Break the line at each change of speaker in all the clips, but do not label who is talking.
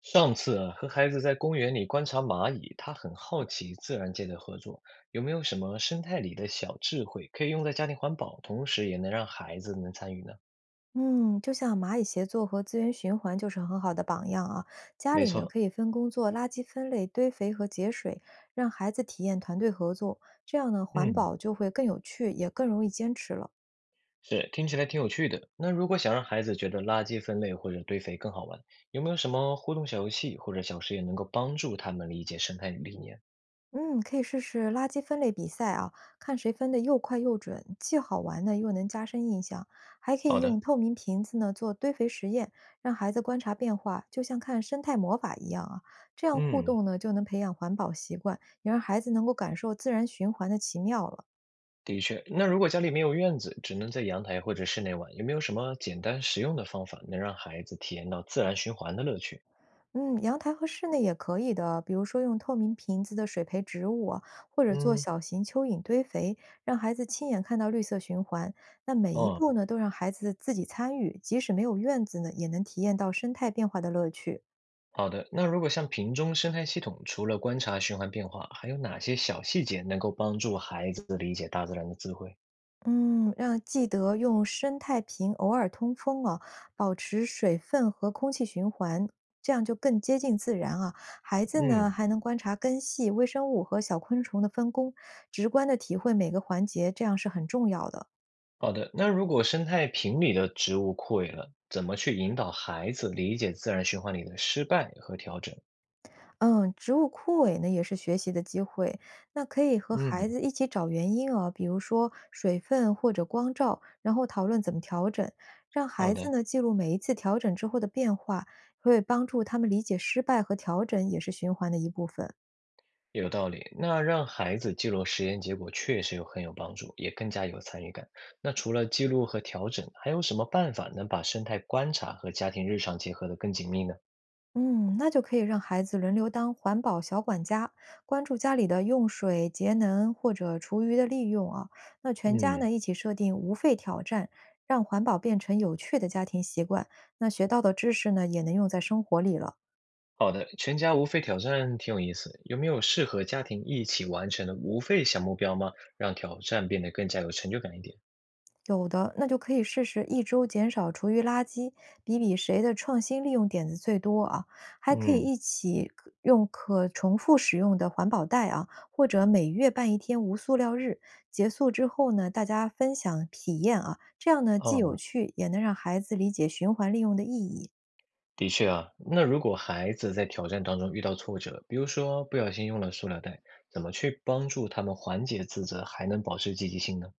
上次啊，和孩子在公园里观察蚂蚁，他很好奇自然界的合作，有没有什么生态里的小智慧可以用在家庭环保，同时也能让孩子能参与呢？
嗯，就像蚂蚁协作和资源循环就是很好的榜样啊。家
没
里呢
错。
可以分工做垃圾分类、堆肥和节水，让孩子体验团队合作，这样呢环
嗯，
保就会更有趣，也更容易坚持了。
是，听起来挺有趣的。那如果想让孩子觉得垃圾分类或者堆肥更好玩，有没有什么互动小游戏或者小实验能够帮助他们理解生态理念？
嗯，可以试试垃圾分类比赛啊，看谁分的又快又准，既好玩呢，又能加深印象。还可以
好
用
的。
透明瓶子呢做堆肥实验，让孩子观察变化，就像看生态魔法一样啊。这样互
嗯，
动呢，就能培养环保习惯，也让孩子能够感受自然循环的奇妙了。
的确。那如果家里没有院子，只能在阳台或者室内玩，有没有什么简单实用的方法能让孩子体验到自然循环的乐趣？
嗯，阳台和室内也可以的，比如说用透明瓶子的水培植物啊或者做
嗯。
小型蚯蚓堆肥，让孩子亲眼看到绿色循环。那每一
哦，
步呢，都让孩子自己参与，即使没有院子呢，也能体验到生态变化的乐趣。
好的。那如果像瓶中生态系统，除了观察循环变化，还有哪些小细节能够帮助孩子理解大自然的智慧？
嗯，让记得用生态瓶偶尔通风哦，保持水分和空气循环，这样就更接近自然啊。孩子
嗯。
呢还能观察根系、微生物和小昆虫的分工，直观的体会每个环节，这样是很重要的。
好的。那如果生态瓶里的植物枯萎了，怎么去引导孩子理解自然循环里的失败和调整？
嗯，植物枯萎呢也是学习的机会。那可以和孩
嗯。
子一起找原因啊，比如说水分或者光照，然后讨论怎么调整，让
好
孩子
的，
呢记录每一次调整之后的变化，会帮助他们理解失败和调整也是循环的一部分。
有道理。那让孩子记录实验结果确实有很有帮助，也更加有参与感。那除了记录和调整，还有什么办法能把生态观察和家庭日常结合得更紧密呢？
嗯，那就可以让孩子轮流当环保小管家，关注家里的用水节能或者厨余的利用啊。那全家
嗯。
呢一起设定无废挑战，让环保变成有趣的家庭习惯。那学到的知识呢也能用在生活里了。
好的，全家无废挑战挺有意思，有没有适合家庭一起完成的无废小目标吗？让挑战变得更加有成就感一点。
有的，那就可以试试一周减少厨余垃圾，比比谁的创新利用点子最多啊！还可以
嗯。
一起可用可重复使用的环保袋啊，或者每月办一天无塑料日，结束之后呢，大家分享体验啊，这样呢既有
哦，
趣，也能让孩子理解循环利用的意义。
的确啊。那如果孩子在挑战当中遇到挫折，比如说不小心用了塑料袋，怎么去帮助他们缓解自责，还能保持积极性呢？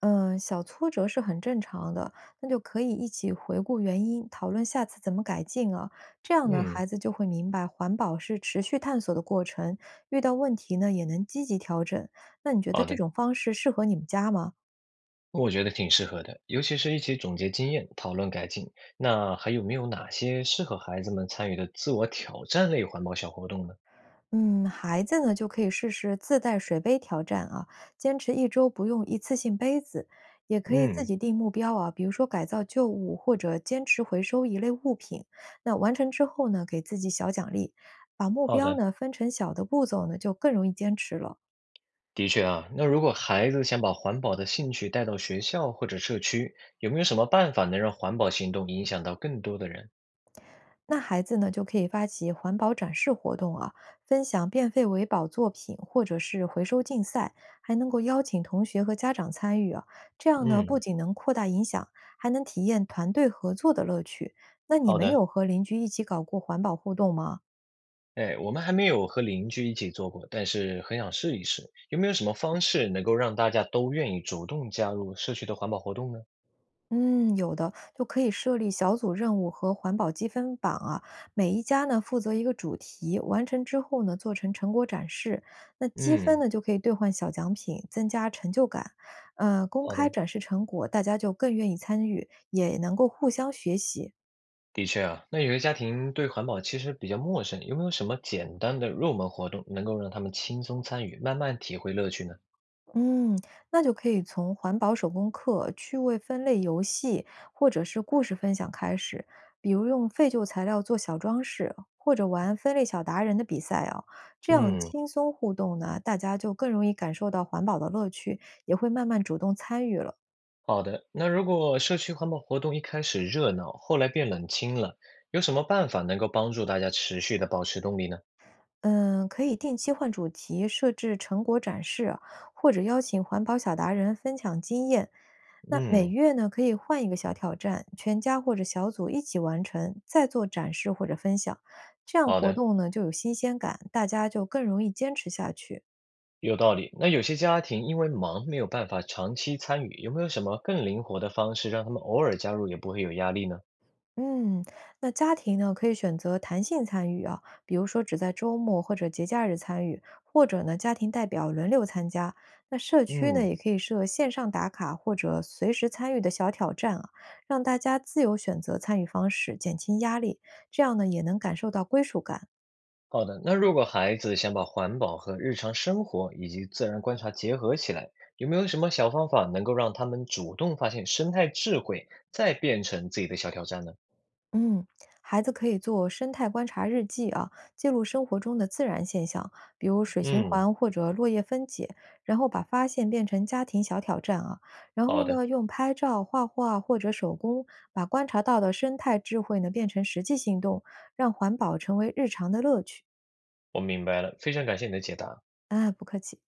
嗯，小挫折是很正常的，那就可以一起回顾原因，讨论下次怎么改进啊。这样呢，
嗯。
孩子就会明白环保是持续探索的过程，遇到问题呢也能积极调整。那你觉得
好
这
的，
种方式适合你们家吗？
我觉得挺适合的，尤其是一起总结经验，讨论改进。那还有没有哪些适合孩子们参与的自我挑战类环保小活动呢？
嗯，孩子呢就可以试试自带水杯挑战啊，坚持一周不用一次性杯子，也可以自
嗯。
己定目标啊，比如说改造旧物或者坚持回收一类物品。那完成之后呢，给自己小奖励，把目
好
标
的。
呢分成小的步骤呢，就更容易坚持了。
的确啊，那如果孩子想把环保的兴趣带到学校或者社区，有没有什么办法能让环保行动影响到更多的人？
那孩子呢，就可以发起环保展示活动啊，分享变废为宝作品，或者是回收竞赛，还能够邀请同学和家长参与啊。这样呢，不
嗯。
仅能扩大影响，还能体验团队合作的乐趣。那你
好
们
的。
有和邻居一起搞过环保互动吗？
哎，我们还没有和邻居一起做过，但是很想试一试。有没有什么方式能够让大家都愿意主动加入社区的环保活动呢？
嗯，有的，就可以设立小组任务和环保积分榜啊，每一家呢负责一个主题，完成之后呢做成成果展示，那积分
嗯。
呢就可以兑换小奖品，增加成就感。公
好
开
的。
展示成果，大家就更愿意参与，也能够互相学习。
的确啊，那有些家庭对环保其实比较陌生，有没有什么简单的入门活动能够让他们轻松参与，慢慢体会乐趣呢？
嗯，那就可以从环保手工课、趣味分类游戏，或者是故事分享开始，比如用废旧材料做小装饰，或者玩分类小达人的比赛啊，这样
嗯。
轻松互动呢，大家就更容易感受到环保的乐趣，也会慢慢主动参与了。
好的，那如果社区环保活动一开始热闹，后来变冷清了，有什么办法能够帮助大家持续的保持动力呢？
嗯，可以定期换主题，设置成果展示啊或者邀请环保小达人分享经验，那每
嗯。
月呢，可以换一个小挑战，全家或者小组一起完成，再做展示或者分享，这样
好
活
的，
动呢就有新鲜感，大家就更容易坚持下去。
有道理。那有些家庭因为忙没有办法长期参与，有没有什么更灵活的方式让他们偶尔加入也不会有压力呢？
嗯，那家庭呢可以选择弹性参与啊，比如说只在周末或者节假日参与，或者呢家庭代表轮流参加。那社区呢
嗯。
也可以设线上打卡或者随时参与的小挑战啊，让大家自由选择参与方式，减轻压力，这样呢也能感受到归属感。
好的。那如果孩子想把环保和日常生活以及自然观察结合起来，有没有什么小方法能够让他们主动发现生态智慧，再变成自己的小挑战呢？
嗯，孩子可以做生态观察日记啊，记录生活中的自然现象，比如水循
嗯。
环或者落叶分解，然后把发现变成家庭小挑战啊。然后
好的。
呢，用拍照、画画或者手工，把观察到的生态智慧呢变成实际行动，让环保成为日常的乐趣。
我明白了，非常感谢你的解答。
啊！不客气。